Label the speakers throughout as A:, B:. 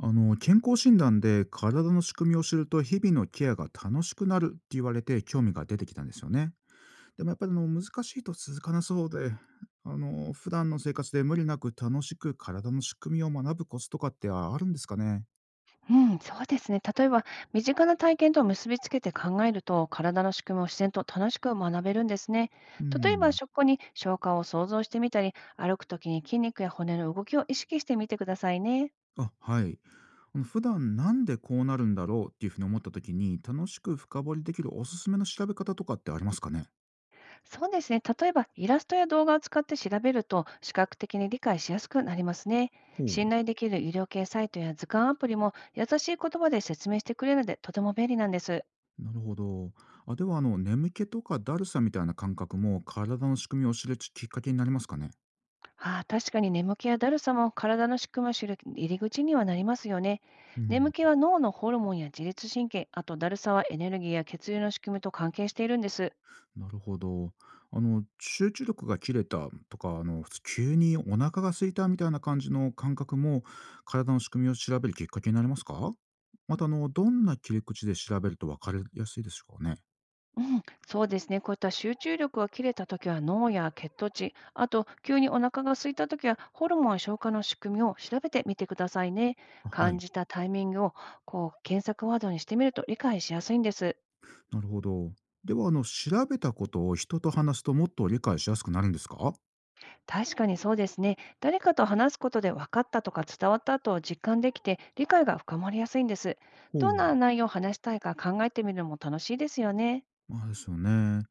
A: 健康診断で体の仕組みを知ると日々のケアが楽しくなるって言われて興味が出てきたんですよね。でもやっぱり難しいと続かなそうで、普段の生活で無理なく楽しく体の仕組みを学ぶコツとかってあるんですかね。
B: うん、そうですね。例えば、身近な体験と結びつけて考えると、体の仕組みを自然と楽しく学べるんですね。
A: う
B: 例えば、
A: ん。
B: 食後に消化を想像してみたり、歩くときに筋肉や骨の動きを意識してみてくださいね。
A: あはい。普段なんでこうなるんだろうっていうふうに思った時に楽しく深掘りできるおすすめの調べ方とかってありますかね。
B: そうですね。例えば、イラストや動画を使って調べると、視覚的に理解しやすくなりますね。
A: ほう。
B: 信頼できる医療系サイトや図鑑アプリも、優しい言葉で説明してくれるので、とても便利なんです。
A: なるほど。あ、では、眠気とかだるさみたいな感覚も、体の仕組みを知るきっかけになりますかね？
B: ああ、確かに眠気やだるさも体の仕組みを知る入り口にはなりますよね。
A: うん。
B: 眠気は脳のホルモンや自律神経、あとだるさはエネルギーや血流の仕組みと関係しているんです。
A: なるほど。集中力が切れたとか、急にお腹が空いたみたいな感じの感覚も、体の仕組みを調べるきっかけになりますか？また、どんな切り口で調べると分かりやすいですかね？
B: うん、そうですね。こういった集中力が切れたときは脳や血糖値、あと急にお腹が空いたときはホルモンや消化の仕組みを調べてみてくださいね。
A: あ、は
B: 感
A: い。
B: じたタイミングを、こう検索ワードにしてみると理解しやすいんです。
A: なるほど。では、調べたことを人と話すともっと理解しやすくなるんですか？
B: 確かにそうですね。誰かと話すことで分かったとか伝わったと実感できて理解が深まりやすいんです。
A: ほ
B: どんな
A: う。
B: 内容を話したいか考えてみるのも楽しいですよね。
A: まあ、ですよね。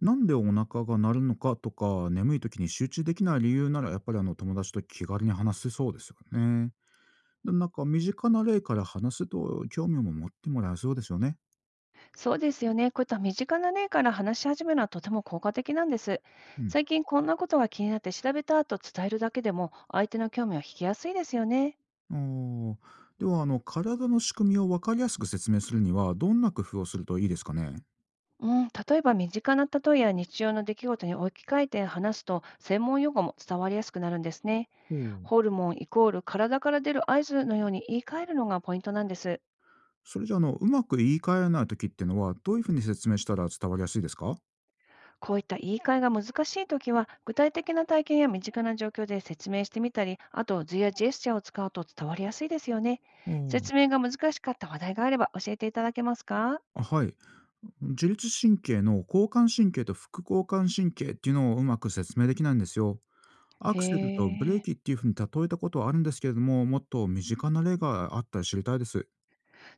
A: なんでお腹が鳴るのかとか、眠い時に集中できない理由なら、やっぱり友達と気軽に話せそうですよね。で、なんか身近な例から話すと興味も持ってもらえそうですよね。
B: そうですよね。こういった身近な例から話し始めるのはとても効果的なんです。最
A: う
B: 近こんなことが気になって調べたと伝えるだけでも相手の興味を引きやすいですよね。
A: ん。ああ。では、体の仕組みを分かりやすく説明するには、どんな工夫をするといいですかね。
B: うん、例えば身近な例えや日常の出来事に置き換えて話すと、専門用語も伝わりやすくなるんですね。
A: おお。
B: ホルモンイコール体から出る合図のように言い換えるのがポイントなんです。
A: それじゃあ、うまく言い換えられない時っていうのは、どういうふうに説明したら伝わりやすいですか。
B: こういった言い換えが難しいときは、具体的な体験や身近な状況で説明してみたり、あと図やジェスチャーを使うと伝わりやすいですよね。
A: おお。
B: 説明が難しかった話題があれば教えていただけますか？
A: あはい。自律神経の交感神経と副交感神経っていうのをうまく説明できないんですよ。
B: へ
A: アクセルとブレー
B: え、
A: キっていうふうに例えたことはあるんですけれども、もっと身近な例があったら知りたいです。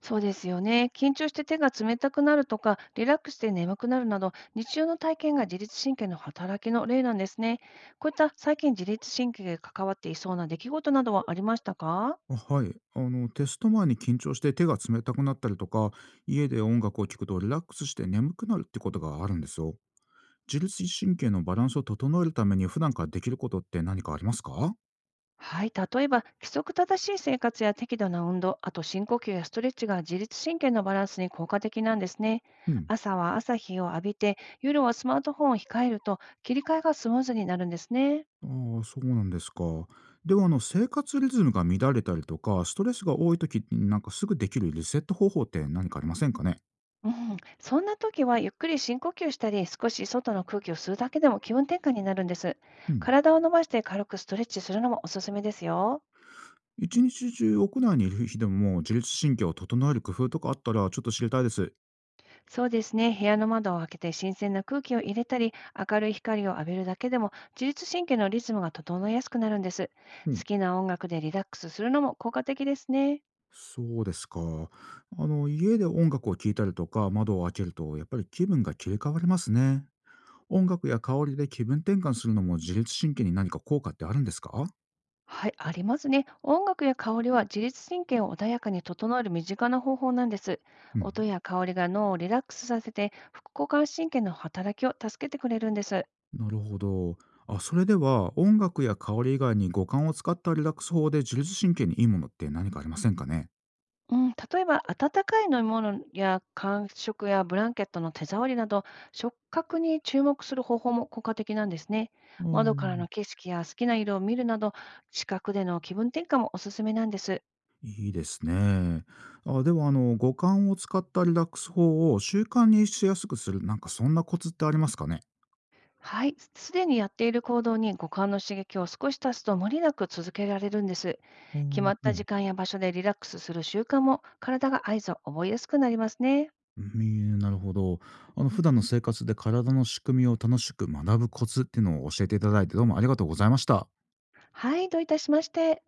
B: そうですよね。緊張して手が冷たくなるとか、リラックスして眠くなるなど、日常の体験が自律神経の働きの例なんですね。こういった最近自律神経が関わっていそうな出来事などはありましたか？
A: あはい。テスト前に緊張して手が冷たくなったりとか、家で音楽を聴くとリラックスして眠くなるってことがあるんですよ。自律神経のバランスを整えるために普段からできることって何かありますか。
B: はい、例えば規則正しい生活や適度な運動、あと深呼吸やストレッチが自律神経のバランスに効果的なんですね。
A: うん。
B: 朝は朝日を浴びて、夜はスマートフォンを控えると切り替えがスムーズになるんですね。
A: ああ、そうなんですか。では、生活リズムが乱れたりとか、ストレスが多い時に、なんかすぐできるリセット方法って何かありませんかね？
B: うん、そんな時はゆっくり深呼吸したり、少し外の空気を吸うだけでも気分転換になるんです。
A: うん。
B: 体を伸ばして軽くストレッチするのもおすすめですよ。
A: 一日中屋内にいる日でも、自律神経を整える工夫とかあったら、ちょっと知りたいです。
B: そうですね。部屋の窓を開けて新鮮な空気を入れたり、明るい光を浴びるだけでも自律神経のリズムが整いやすくなるんです。
A: うん。
B: 好きな音楽でリラックスするのも効果的ですね。
A: そうですか。家で音楽を聴いたりとか、窓を開けると、やっぱり気分が切り替わりますね。音楽や香りで気分転換するのも、自律神経に何か効果ってあるんですか？
B: はい、ありますね。音楽や香りは自律神経を穏やかに整える身近な方法なんです。
A: うん。
B: 音や香りが脳をリラックスさせて、副交感神経の働きを助けてくれるんです。
A: なるほど。あ、それでは音楽や香り以外に五感を使ったリラックス法で自律神経にいいものって何かありませんかね？
B: うん、例えば温かい飲み物や間食やブランケットの手触りなど、触覚に注目する方法も効果的なんですね。
A: あ
B: 窓からの
A: あ。
B: 景色や好きな色を見るなど、視覚での気分転換もおすすめなんです。
A: いいですね。あ、では五感を使ったリラックス法を習慣にしやすくする、なんかそんなコツってありますかね？
B: はい、すでにやっている行動に五感の刺激を少し足すと無理なく続けられるんです。
A: ああ。
B: 決まっ
A: う
B: た
A: ん。
B: 時間や場所でリラックスする習慣も体が合図を覚えやすくなりますね。
A: うん、なるほど。普段の生活で体の仕組みを楽しく学ぶコツっていうのを教えていただいて、どうもありがとうございました。
B: はい、どういたしまして。